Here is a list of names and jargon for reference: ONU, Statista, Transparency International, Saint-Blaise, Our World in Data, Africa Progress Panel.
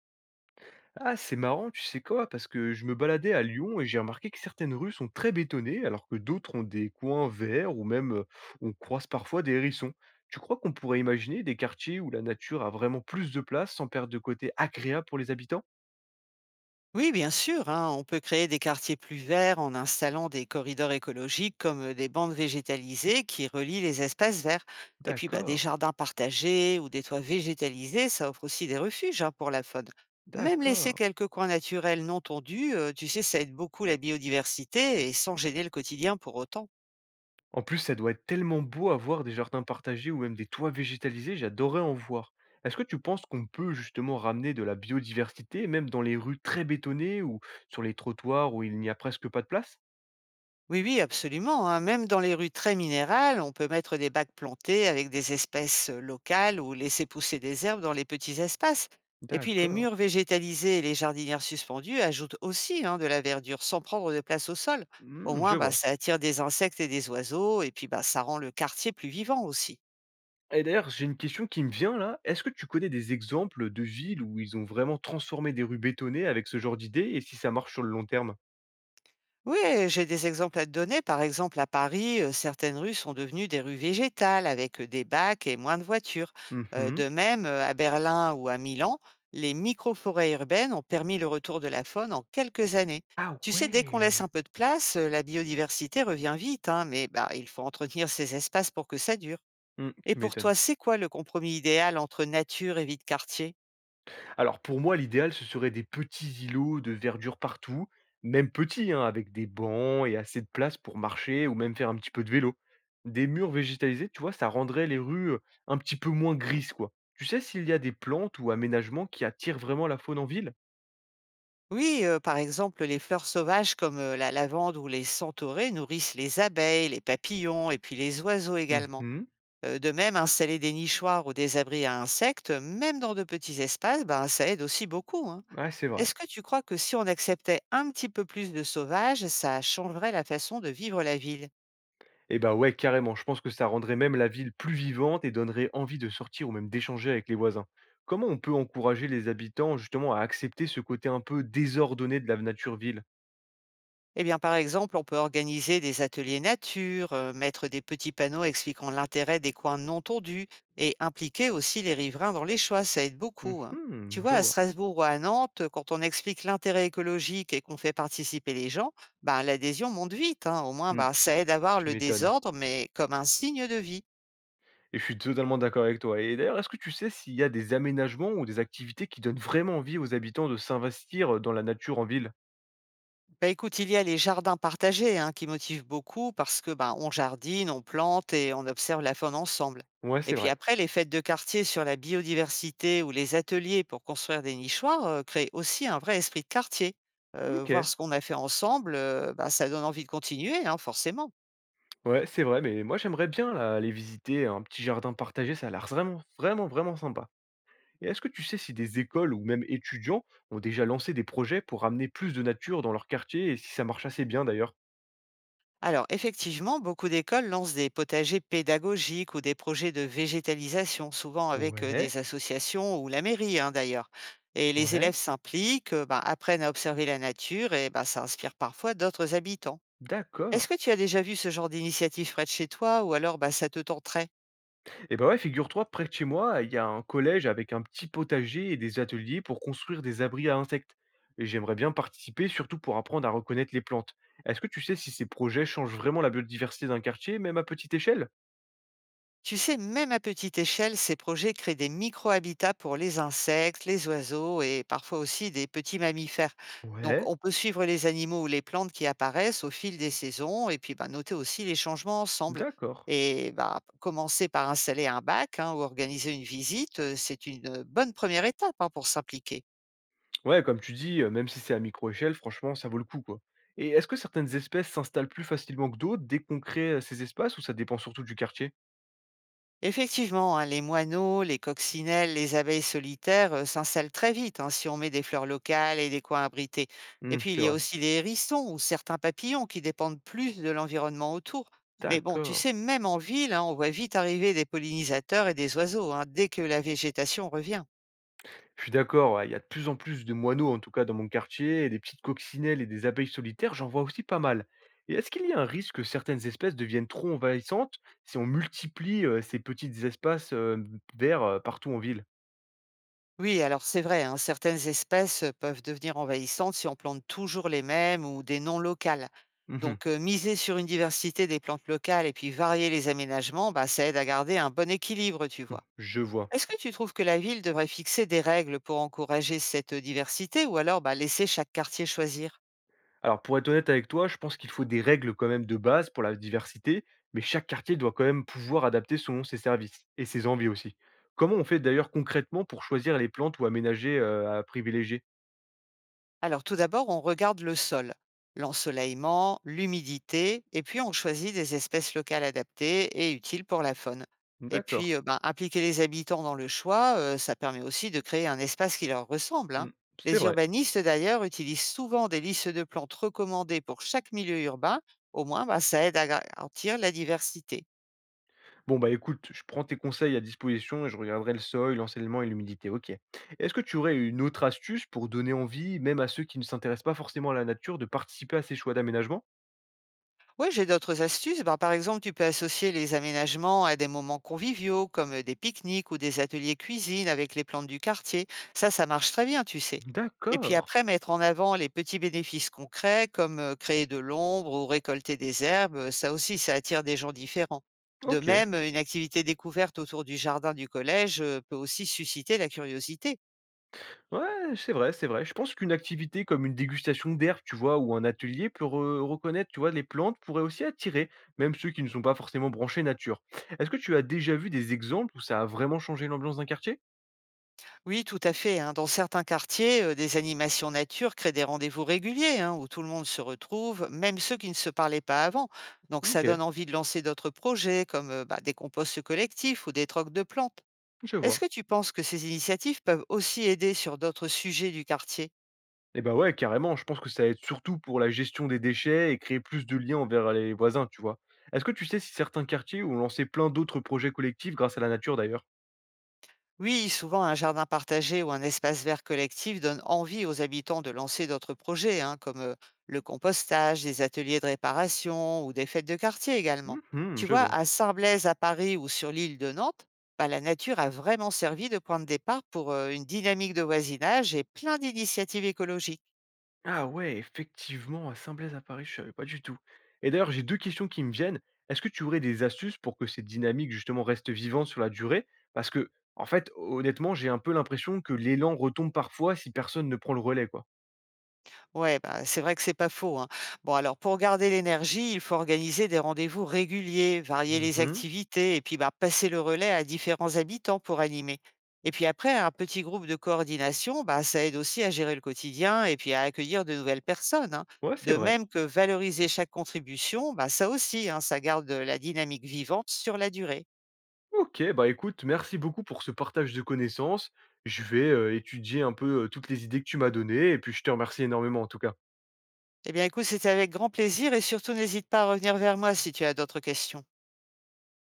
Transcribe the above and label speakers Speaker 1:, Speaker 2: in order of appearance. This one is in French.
Speaker 1: Ah, c'est marrant, tu sais quoi? Parce que je me baladais à Lyon et j'ai remarqué que certaines rues sont très bétonnées, alors que d'autres ont des coins verts ou même on croise parfois des hérissons. Tu crois qu'on pourrait imaginer des quartiers où la nature a vraiment plus de place sans perdre de côté agréable pour les habitants?
Speaker 2: Oui, bien sûr, hein, on peut créer des quartiers plus verts en installant des corridors écologiques comme des bandes végétalisées qui relient les espaces verts. Et puis bah, des
Speaker 1: D'accord,
Speaker 2: jardins partagés ou des toits végétalisés, ça offre aussi des refuges, hein, pour la faune. Même laisser
Speaker 1: d'accord.
Speaker 2: quelques coins naturels non tondus, tu sais, ça aide beaucoup la biodiversité et sans gêner le quotidien pour autant.
Speaker 1: En plus, ça doit être tellement beau à voir des jardins partagés ou même des toits végétalisés, j'adorais en voir. Est-ce que tu penses qu'on peut justement ramener de la biodiversité, même dans les rues très bétonnées ou sur les trottoirs où il n'y a presque pas de place?
Speaker 2: Oui, oui, absolument, hein. Même dans les rues très minérales, on peut mettre des bacs plantés avec des espèces locales ou laisser pousser des herbes dans les petits espaces. Et puis les murs
Speaker 1: D'accord.
Speaker 2: végétalisés et les jardinières suspendues ajoutent aussi, hein, de la verdure sans prendre de place au sol. Au
Speaker 1: Mmh,
Speaker 2: moins,
Speaker 1: je
Speaker 2: bah,
Speaker 1: vois.
Speaker 2: ça attire des insectes et des oiseaux, et puis bah, ça rend le quartier plus vivant aussi.
Speaker 1: Et d'ailleurs, j'ai une question qui me vient là. Est-ce que tu connais des exemples de villes où ils ont vraiment transformé des rues bétonnées avec ce genre d'idée et si ça marche sur le long terme?
Speaker 2: Oui, j'ai des exemples à te donner. Par exemple, à Paris, certaines rues sont devenues des rues végétales avec des bacs et moins de voitures.
Speaker 1: Mhm.
Speaker 2: De même, à Berlin ou à Milan, les micro-forêts urbaines ont permis le retour de la faune en quelques années.
Speaker 1: Ah
Speaker 2: Tu sais, dès qu'on laisse un
Speaker 1: ouais.
Speaker 2: peu de place, la biodiversité revient vite, hein, mais bah, il faut entretenir ces espaces pour que ça dure.
Speaker 1: Hmm,
Speaker 2: Et
Speaker 1: tu
Speaker 2: pour
Speaker 1: m'étonnes.
Speaker 2: toi, c'est quoi le compromis idéal entre nature et vie de quartier?
Speaker 1: Alors pour moi, l'idéal, ce serait des petits îlots de verdure partout, même petits, hein, avec des bancs et assez de place pour marcher ou même faire un petit peu de vélo. Des murs végétalisés, tu vois, ça rendrait les rues un petit peu moins grises, quoi. Tu sais s'il y a des plantes ou aménagements qui attirent vraiment la faune en ville?
Speaker 2: Oui, par exemple, les fleurs sauvages comme, la lavande ou les centaurées nourrissent les abeilles, les papillons et puis les oiseaux
Speaker 1: Mmh
Speaker 2: également.
Speaker 1: mh.
Speaker 2: De même, installer des nichoirs ou des abris à insectes, même dans de petits espaces, ben, ça aide aussi beaucoup, hein.
Speaker 1: Ouais, c'est vrai.
Speaker 2: Est-ce que tu crois que si on acceptait un petit peu plus de sauvages, ça changerait la façon de vivre la ville?
Speaker 1: Et bah, ouais, carrément, je pense que ça rendrait même la ville plus vivante et donnerait envie de sortir ou même d'échanger avec les voisins. Comment on peut encourager les habitants justement à accepter ce côté un peu désordonné de la nature-ville?
Speaker 2: Eh bien, par exemple, on peut organiser des ateliers nature, mettre des petits panneaux expliquant l'intérêt des coins non tondus et impliquer aussi les riverains dans les choix, ça aide beaucoup, hein. Tu
Speaker 1: Mhm.
Speaker 2: vois,
Speaker 1: Je
Speaker 2: à
Speaker 1: vois.
Speaker 2: Strasbourg ou à Nantes, quand on explique l'intérêt écologique et qu'on fait participer les gens, ben, l'adhésion monte vite, hein. Au moins,
Speaker 1: Mmh,
Speaker 2: ben, ça aide à voir
Speaker 1: tu
Speaker 2: le
Speaker 1: m'étonnes
Speaker 2: désordre, mais comme un signe de vie.
Speaker 1: et je suis totalement d'accord avec toi et d'ailleurs, est-ce que tu sais s'il y a des aménagements ou des activités qui donnent vraiment envie aux habitants de s'investir, dans la nature en ville?
Speaker 2: Bah, écoute, il y a les jardins partagés, hein, qui motivent beaucoup parce que ben, on jardine, on plante et on observe la faune ensemble.
Speaker 1: Ouais,
Speaker 2: Et
Speaker 1: c'est
Speaker 2: puis
Speaker 1: vrai.
Speaker 2: après, les fêtes de quartier sur la biodiversité ou les ateliers pour construire des nichoirs créent aussi un vrai esprit de quartier. Voir
Speaker 1: OK.
Speaker 2: ce qu'on a fait ensemble, bah, ça donne envie de continuer, hein, forcément.
Speaker 1: Ouais, c'est vrai, mais moi j'aimerais bien là aller visiter un petit jardin partagé, ça a l'air vraiment, vraiment, vraiment sympa. Et est-ce que tu sais si des écoles ou même étudiants ont déjà lancé des projets pour ramener plus de nature dans leur quartier et si ça marche assez bien d'ailleurs?
Speaker 2: Alors, effectivement, beaucoup d'écoles lancent des potagers pédagogiques ou des projets de végétalisation, souvent avec
Speaker 1: Ouais,
Speaker 2: des associations ou la mairie, hein, d'ailleurs. Et les
Speaker 1: ouais,
Speaker 2: élèves s'impliquent, ben, apprennent à observer la nature et ben, ça inspire parfois d'autres habitants.
Speaker 1: d'accord.
Speaker 2: Est-ce que tu as déjà vu ce genre d'initiative près de chez toi ou alors ben, ça te tenterait?
Speaker 1: Eh ben ouais, figure-toi, près de chez moi, il y a un collège avec un petit potager et des ateliers pour construire des abris à insectes. Et j'aimerais bien participer, surtout pour apprendre à reconnaître les plantes. Est-ce que tu sais si ces projets changent vraiment la biodiversité d'un quartier, même à petite échelle?
Speaker 2: Tu sais, même à petite échelle, ces projets créent des micro-habitats pour les insectes, les oiseaux et parfois aussi des petits mammifères. Donc,
Speaker 1: Ouais,
Speaker 2: on peut suivre les animaux ou les plantes qui apparaissent au fil des saisons et puis bah, noter aussi les changements ensemble.
Speaker 1: d'accord.
Speaker 2: Et bah, commencer par installer un bac, hein, ou organiser une visite, c'est une bonne première étape, hein, pour s'impliquer.
Speaker 1: Ouais, comme tu dis, même si c'est à micro-échelle, franchement, ça vaut le coup, quoi. Et est-ce que certaines espèces s'installent plus facilement que d'autres dès qu'on crée, ces espaces ou ça dépend surtout du quartier?
Speaker 2: Effectivement, hein, les moineaux, les coccinelles, les abeilles solitaires s'installent très vite, hein, si on met des fleurs locales et des coins abrités. Et
Speaker 1: Mmh,
Speaker 2: puis, il
Speaker 1: c'est
Speaker 2: y a
Speaker 1: vrai.
Speaker 2: aussi les hérissons ou certains papillons qui dépendent plus de l'environnement autour. Mais bon, tu
Speaker 1: D'accord.
Speaker 2: sais, même en ville, hein, on voit vite arriver des pollinisateurs et des oiseaux, hein, dès que la végétation revient.
Speaker 1: Je suis d'accord, ouais, il y a de plus en plus de moineaux, en tout cas dans mon quartier, et des petites coccinelles et des abeilles solitaires, j'en vois aussi pas mal. Et est-ce qu'il y a un risque que certaines espèces deviennent trop envahissantes si on multiplie, ces petits espaces, verts, partout en ville?
Speaker 2: Oui, alors c'est vrai, hein, certaines espèces peuvent devenir envahissantes si on plante toujours les mêmes ou des noms locales.
Speaker 1: Mmh mh,
Speaker 2: Donc, miser sur une diversité des plantes locales et puis varier les aménagements, bah, ça aide à garder un bon équilibre, tu
Speaker 1: mmh,
Speaker 2: vois.
Speaker 1: je vois.
Speaker 2: Est-ce que tu trouves que la ville devrait fixer des règles pour encourager cette diversité ou alors bah, laisser chaque quartier choisir?
Speaker 1: Alors, pour être honnête avec toi, je pense qu'il faut des règles quand même de base pour la diversité, mais chaque quartier doit quand même pouvoir adapter selon ses services et ses envies aussi. Comment on fait d'ailleurs concrètement pour choisir les plantes ou aménager à privilégier?
Speaker 2: Alors tout d'abord, on regarde le sol, l'ensoleillement, l'humidité, et puis on choisit des espèces locales adaptées et utiles pour la faune. Et puis,
Speaker 1: D'accord,
Speaker 2: ben, impliquer les habitants dans le choix, ça permet aussi de créer un espace qui leur ressemble, hein.
Speaker 1: hmm, c'est
Speaker 2: Les
Speaker 1: vrai.
Speaker 2: urbanistes, d'ailleurs, utilisent souvent des listes de plantes recommandées pour chaque milieu urbain. Au moins, ben, ça aide à garantir la diversité.
Speaker 1: Bon, bah écoute, je prends tes conseils à disposition et je regarderai le sol, l'enseignement et l'humidité. Ok. Est-ce que tu aurais une autre astuce pour donner envie, même à ceux qui ne s'intéressent pas forcément à la nature, de participer à ces choix d'aménagement?
Speaker 2: Oui, j'ai d'autres astuces. Ben, par exemple, tu peux associer les aménagements à des moments conviviaux, comme des pique-niques ou des ateliers cuisine avec les plantes du quartier. Ça marche très bien, tu sais. Et puis
Speaker 1: D'accord,
Speaker 2: après, mettre en avant les petits bénéfices concrets, comme créer de l'ombre ou récolter des herbes, ça aussi, ça attire des gens différents. De
Speaker 1: ok.
Speaker 2: même, une activité découverte autour du jardin du collège peut aussi susciter la curiosité.
Speaker 1: Ouais, c'est vrai, c'est vrai. Je pense qu'une activité comme une dégustation d'herbes, tu vois, ou un atelier pour reconnaître, tu vois, les plantes pourrait aussi attirer, même ceux qui ne sont pas forcément branchés nature. Est-ce que tu as déjà vu des exemples où ça a vraiment changé l'ambiance d'un quartier?
Speaker 2: Oui, tout à fait, hein. Dans certains quartiers, des animations nature créent des rendez-vous réguliers, hein, où tout le monde se retrouve, même ceux qui ne se parlaient pas avant. Donc ça
Speaker 1: Ok,
Speaker 2: donne envie de lancer d'autres projets comme, bah, des composts collectifs ou des trocs de plantes.
Speaker 1: je
Speaker 2: Est-ce
Speaker 1: vois.
Speaker 2: que tu penses que ces initiatives peuvent aussi aider sur d'autres sujets du quartier?
Speaker 1: Eh ben ouais, carrément, je pense que ça aide surtout pour la gestion des déchets et créer plus de liens envers les voisins, tu vois. Est-ce que tu sais si certains quartiers ont lancé plein d'autres projets collectifs grâce à la nature d'ailleurs?
Speaker 2: Oui, souvent un jardin partagé ou un espace vert collectif donne envie aux habitants de lancer d'autres projets, hein, comme le compostage, des ateliers de réparation ou des fêtes de quartier également.
Speaker 1: Mhm,
Speaker 2: Tu
Speaker 1: je
Speaker 2: vois,
Speaker 1: vois.
Speaker 2: à Saint-Blaise, à Paris ou sur l'île de Nantes, bah, la nature a vraiment servi de point de départ pour une dynamique de voisinage et plein d'initiatives écologiques.
Speaker 1: Ah ouais, effectivement, à Saint-Blaise à Paris, je savais pas du tout. Et d'ailleurs, j'ai 2 questions qui me viennent. Est-ce que tu aurais des astuces pour que cette dynamique justement reste vivante sur la durée? Parce que, en fait, honnêtement, j'ai un peu l'impression que l'élan retombe parfois si personne ne prend le relais, quoi.
Speaker 2: Ouais, bah, c'est vrai que c'est pas faux, hein. Bon, alors pour garder l'énergie, il faut organiser des rendez-vous réguliers, varier les
Speaker 1: Mmh.
Speaker 2: activités et puis bah, passer le relais à différents habitants pour animer. Et puis après, un petit groupe de coordination, bah, ça aide aussi à gérer le quotidien et puis à accueillir de nouvelles personnes, hein.
Speaker 1: Ouais, c'est
Speaker 2: De
Speaker 1: vrai.
Speaker 2: même que valoriser chaque contribution, bah, ça aussi, hein, ça garde la dynamique vivante sur la durée.
Speaker 1: OK, bah écoute, merci beaucoup pour ce partage de connaissances. Je vais, étudier un peu, toutes les idées que tu m'as données et puis je te remercie énormément en tout cas.
Speaker 2: Eh bien, écoute, c'était avec grand plaisir et surtout n'hésite pas à revenir vers moi si tu as d'autres questions.